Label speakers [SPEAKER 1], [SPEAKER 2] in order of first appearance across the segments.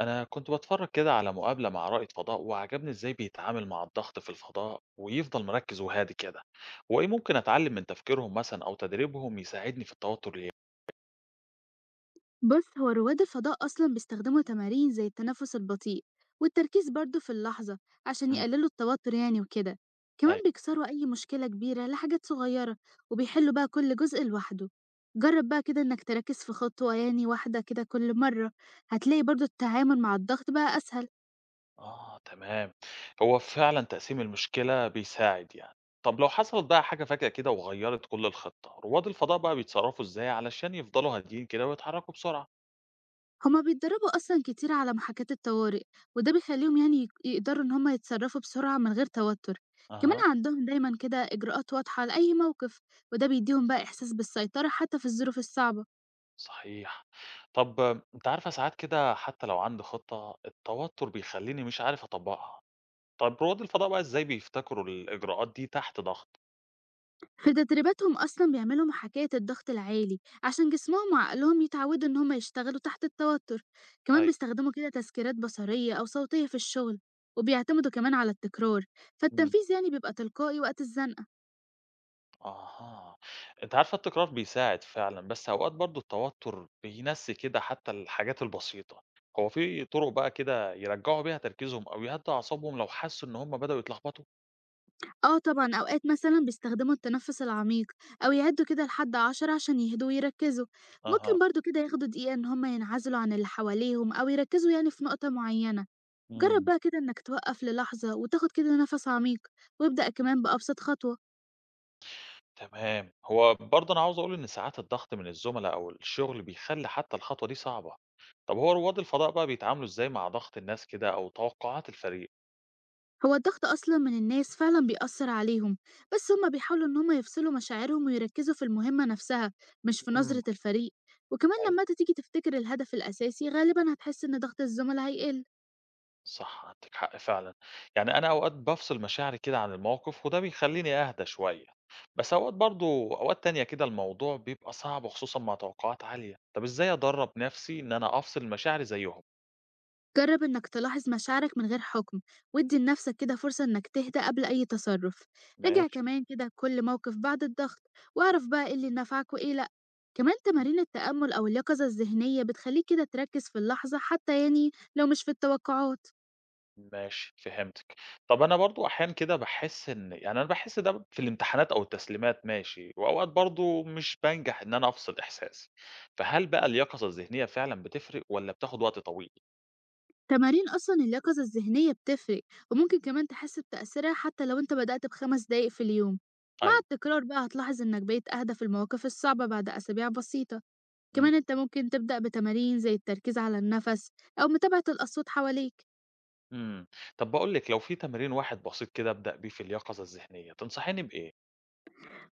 [SPEAKER 1] أنا كنت بتفرج كده على مقابلة مع رائد فضاء وعجبني إزاي بيتعامل مع الضغط في الفضاء ويفضل مركز وهادي كده، هو إيه ممكن أتعلم من تفكيرهم مثلا أو تدريبهم يساعدني في التوتر اليومي؟
[SPEAKER 2] بص هو رواد الفضاء أصلا بيستخدموا تمارين زي التنفس البطيء والتركيز برضه في اللحظة عشان
[SPEAKER 1] مم.
[SPEAKER 2] يقللوا التوتر يعني وكده. كمان
[SPEAKER 1] أيوه.
[SPEAKER 2] بيكسروا أي مشكلة كبيرة لحاجات صغيرة وبيحلوا بقى كل جزء لوحده. جرب بقى كده إنك تركز في خطوة يعني واحدة كده كل مرة، هتلاقي برضه التعامل مع الضغط بقى أسهل.
[SPEAKER 1] آه تمام، هو فعلا تقسيم المشكلة بيساعد يعني، طب لو حصلت بقى حاجة فجأة كده وغيرت كل الخطة، رواد الفضاء بقى بيتصرفوا إزاي علشان يفضلوا هاديين كده ويتحركوا بسرعة؟
[SPEAKER 2] هما بيتدربوا أصلًا كتير على محاكاة الطوارئ، وده بيخلّيهم يعني يقدروا إن هُم يتصرّفوا بسرعة من غير توتر، كمان
[SPEAKER 1] أها.
[SPEAKER 2] عندهم دايمًا كده إجراءات واضحة لأي موقف، وده بيديهم بقى إحساس بالسيطرة حتى في الظروف الصعبة.
[SPEAKER 1] صحيح. طب انت عارفه ساعات كده حتى لو عندي خطه التوتر بيخليني مش عارف اطبقها. طب رواد الفضاء بقى إزاي بيفتكروا الإجراءات دي تحت ضغط؟
[SPEAKER 2] في تدريباتهم أصلًا بيعملوا محاكاة الضغط العالي عشان جسمهم وعقلهم يتعودوا إن هُم يشتغلوا تحت التوتر، كمان
[SPEAKER 1] أيوه.
[SPEAKER 2] بيستخدموا كده تذكيرات بصرية أو صوتية في الشغل، وبيعتمدوا كمان على التكرار،
[SPEAKER 1] إمم.
[SPEAKER 2] فالتنفيذ يعني بيبقى تلقائي وقت الزنقة.
[SPEAKER 1] أها. أنت عارفة التكرار بيساعد فعلًا، بس أوقات برضه التوتر بينسي كده حتى الحاجات البسيطة. هو في طرق بقى كده يرجعوا بيها تركيزهم أو يهدّوا أعصابهم لو حسوا إن هم بدأوا يتلخبطوا؟
[SPEAKER 2] آه طبعًا، أوقات مثلًا بيستخدموا التنفس العميق أو يعدّوا كده لحد 10 عشان يهدوا ويركّزوا، ممكن
[SPEAKER 1] أها.
[SPEAKER 2] برضه كده ياخدوا دقيقة إن هم ينعزلوا عن اللي حواليهم أو يركّزوا يعني في نقطة معيّنة. جرّب
[SPEAKER 1] إمم.
[SPEAKER 2] بقى كده إنك توقّف للحظة وتاخد كده نَفَس عميق، وابدأ كمان بأبسط خطوة.
[SPEAKER 1] تمام. هو برضه أنا عاوز أقول إن ساعات الضغط من الزملا أو الشغل بيخلّي حتى الخطوة دي صعبة. طب هو رواد الفضاء بقى بيتعاملوا إزاي مع ضغط الناس كده أو توقعات الفريق؟
[SPEAKER 2] هو الضغط أصلًا من الناس فعلًا بيأثّر عليهم، بس هم بيحاولوا إن هم يفصلوا مشاعرهم ويركّزوا في المهمة نَفْسها مش في
[SPEAKER 1] إمم.
[SPEAKER 2] نظرة الفريق، وكمان لمّا
[SPEAKER 1] أيوه.
[SPEAKER 2] أنت تيجي تفتكر الهدف الأساسي غالبًا هتحس إن ضغط الزملا هيقل.
[SPEAKER 1] صح، عندِك حق فعلًا. يعني أنا أوقات بافصل مشاعري كده عن الموقف وده بيخلّيني أهدى شوية، بس أوقات تانية كده الموضوع بيبقى صعب وخصوصًا مع توقعات عالية. طب إزاي أدرّب نَفْسي إن أنا أفصل مشاعري زيّهم؟
[SPEAKER 2] جرب إنك تلاحظ مشاعرك من غير حكم وادي لنفسك كده فرصة إنك تهدى قبل أي تصرف. راجع
[SPEAKER 1] ماشي.
[SPEAKER 2] كمان كده كل موقف بعد الضغط واعرف بقى إيه اللي نفعك وإيه لأ. كمان
[SPEAKER 1] م
[SPEAKER 2] تمارين التأمل أو اليقظة الذهنية بتخليك كده تركز في اللحظة حتى يعني لو مش في التوقعات.
[SPEAKER 1] ماشي، فهمتِك. طب أنا برضه أحيانًا كده باحس إن يعني أنا باحس ده في الامتحانات أو التسليمات ماشي، وأوقات برضه مش بانجح إن أنا أفصل إحساسي، فهل بقى اليقظة الذهنية فعلًا بتفرق والّا بتاخد وقت طويل؟
[SPEAKER 2] تمارين أصلا اليقظة الذهنية بتفرق، وممكن كمان تحس بتأثيرها حتى لو أنت بدأت ب 5 دقايق في اليوم. مع
[SPEAKER 1] أيوه.
[SPEAKER 2] التكرار بقى هتلاحظ إنك بقيت أهدى في المواقف الصعبة بعد أسابيع بسيطة.
[SPEAKER 1] إمم.
[SPEAKER 2] كمان أنت ممكن تبدأ بتمارين زي التركيز على النفس أو متابعة الأصوات حواليك.
[SPEAKER 1] إمم. طب باقول لِك، لو في تمرين واحد بسيط كده أبدأ بيه في اليقظة الذهنية، تنصحيني بإيه؟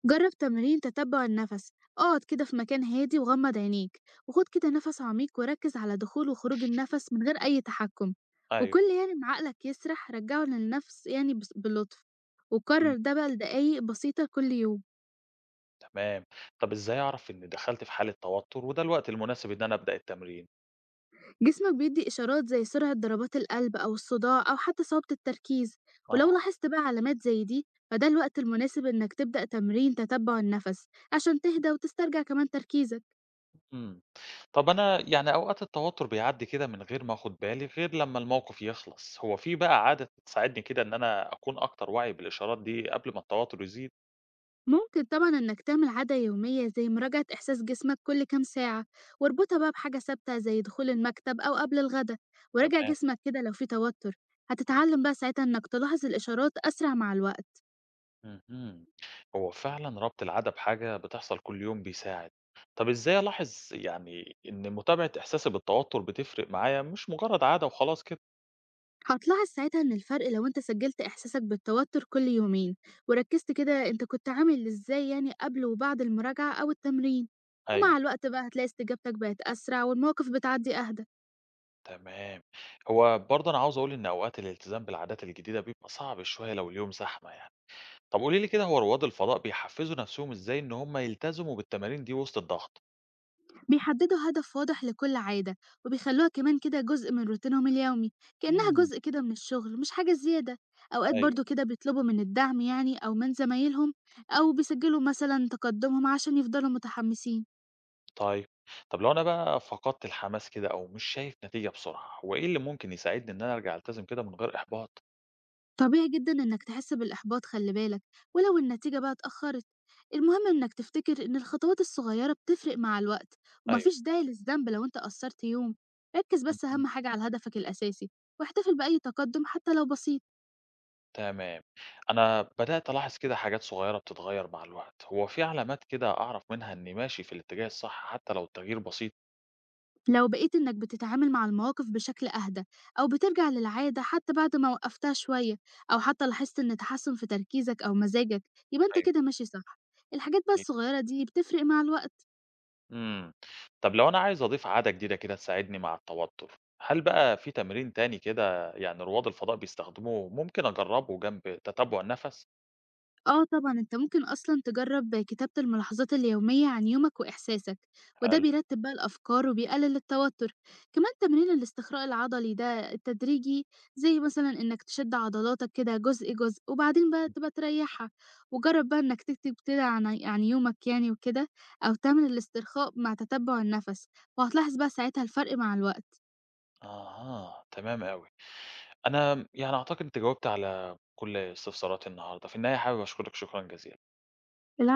[SPEAKER 2] جرب تمرين تتبع النفس، اقعد كده في مكان هادي وغمض عينيك وخد كده نفس عميق وركز على دخول وخروج النفس من غير أي تحكم.
[SPEAKER 1] أيوه.
[SPEAKER 2] وكل يعني ما عقلك يسرح رجعه للنفس يعني بلطف،
[SPEAKER 1] إمم،
[SPEAKER 2] وكرر ده بقى لدقايق بسيطة كل يوم.
[SPEAKER 1] تمام. طب إزاي أعرف إني دخلت في حالة توتر وده الوقت المناسب إن أنا أبدأ التمرين؟
[SPEAKER 2] جسمك بيدي إشارات زي سرعة ضربات القلب أو الصداع أو حتى صعوبة التركيز، ولو
[SPEAKER 1] أها.
[SPEAKER 2] لاحظت بقى علامات زي دي فده الوقت المناسب إنك تبدأ تمرين تتبع النفس عشان تهدى وتسترجع كمان تركيزك.
[SPEAKER 1] إمم. طب أنا يعني أوقات التوتر بيعدّي كده من غير ما آخُد بالي غير لمّا الموقف يخلص، هو في بقى عادة تساعدني كده إن أنا أكون أكتر وعي بالإشارات دي قبل ما التوتر يزيد؟
[SPEAKER 2] ممكن طبعا إنك تعمل عادة يومية زي مراجعة إحساس جسمك كل كام ساعة، واربطها بقى بحاجة ثابتة زي دخول المكتب أو قبل الغدا، وراجع
[SPEAKER 1] تمام.
[SPEAKER 2] جسمك كده لو في توتر.
[SPEAKER 1] إمم.
[SPEAKER 2] هتتعلم بقى ساعتها إنك تلاحظ الإشارات أسرع مع الوقت.
[SPEAKER 1] اهم. هو فعلًا ربط العادة بحاجة بتحصل كل يوم بيساعد. طب إزاي ألاحظ يعني إن متابعة إحساسي بالتوتر بتفرق معايا مش مجرد عادة وخلاص كده؟
[SPEAKER 2] هتلاحظ ساعتها إن الفرق لو أنت سجلت إحساسك بالتوتر كل يومين وركزت كده أنت كنت عامل إزاي يعني قبل وبعد المراجعة أو التمرين،
[SPEAKER 1] أيوه،
[SPEAKER 2] ومع الوقت بقى هتلاقي استجابتك بقت أسرع والمواقف بتعدي أهدى.
[SPEAKER 1] تمام. هو برضه أنا عاوز أقول إن أوقات الالتزام بالعادات الجديدة بيبقى صعب شوية لو اليوم زحمة يعني. طب قولي لي كده هو رواد الفضاء بيحفزوا نفسهم إزاي إن هم يلتزموا بالتمارين دي وسط الضغط؟
[SPEAKER 2] بيحددوا هدف واضح لكل عادة، وبيخلوها كمان كده جزء من روتينهم اليومي كأنها
[SPEAKER 1] مم.
[SPEAKER 2] جزء كده من الشغل مش حاجة زيادة. أوقات
[SPEAKER 1] أيوه،
[SPEAKER 2] برضو كده بيطلبوا من الدعم يعني أو من زمايلهم، أو بيسجلوا مثلا تقدمهم عشان يفضلوا متحمسين.
[SPEAKER 1] طيب. طب لو أنا بقى فقدت الحماس كده أو مش شايف نتيجة بسرعة، هو إيه اللي ممكن يساعدني إن أنا أرجع ألتزم كده من غير إحباط؟
[SPEAKER 2] طبيعي جدا إنك تحس بالإحباط، خلي بالك، ولو النتيجة بقى اتأخرت المهم إنك تفتكر إن الخطوات الصغيرة بتفرق مع الوقت،
[SPEAKER 1] أيوه،
[SPEAKER 2] ومفيش داعي للذنب لو أنت قصرت يوم. ركز
[SPEAKER 1] إمم،
[SPEAKER 2] بس
[SPEAKER 1] إمم،
[SPEAKER 2] أهم حاجة على هدفك الأساسي، واحتفل بأي تقدم حتى لو بسيط.
[SPEAKER 1] تمام. أنا بدأت ألاحظ كده حاجات صغيّرة بتتغيّر مع الوقت، هو في علامات كده أعرف منها إنّي ماشي في الاتجاه الصح حتى لو التغيير بسيط؟
[SPEAKER 2] لو بقيت إنك بتتعامل مع المواقف بشكل أهدى، أو بترجع للعادة حتى بعد ما وقفتها شوية، أو حتى لاحظت إن تحسن في تركيزك أو مزاجك، يبقى أنت
[SPEAKER 1] أيوه،
[SPEAKER 2] كده ماشي صح. الحاجات بقى
[SPEAKER 1] أكيد.
[SPEAKER 2] الصغيرة دي بتفرق مع الوقت.
[SPEAKER 1] إمم. طب لو أنا عايز أضيف عادة جديدة كده تساعدني مع التوتر، هل بقى في تمرين تاني كده يعني رواد الفضاء بيستخدموه ممكن أجرّبه جنب تتبُّع النَفَس؟
[SPEAKER 2] آه طبعًا، أنت ممكن أصلًا تجرّب كتابة الملاحظات اليومية عن يومك وإحساسك، وده
[SPEAKER 1] حلو.
[SPEAKER 2] بيرتّب بقى الأفكار وبيقلل التوتر. كمان تمرين الاستخراء العضلي ده التدريجي، زي مثلًا إنك تشد عضلاتك كده جزء، جزء، وبعدين بقى تبقى تريّحها، وجرّب بقى إنك تكتب كده عن يومك يعني وكده، أو تعمل الاسترخاء مع تتبع النفس، وهتلاحظ بقى ساعتها الفرق مع الوقت.
[SPEAKER 1] أها، تمام أوي. أنا يعني أعتقد أنت جاوبت على كل استفساراتي النهارده، في النهاية حابب أشكرك شكرًا جزيلًا.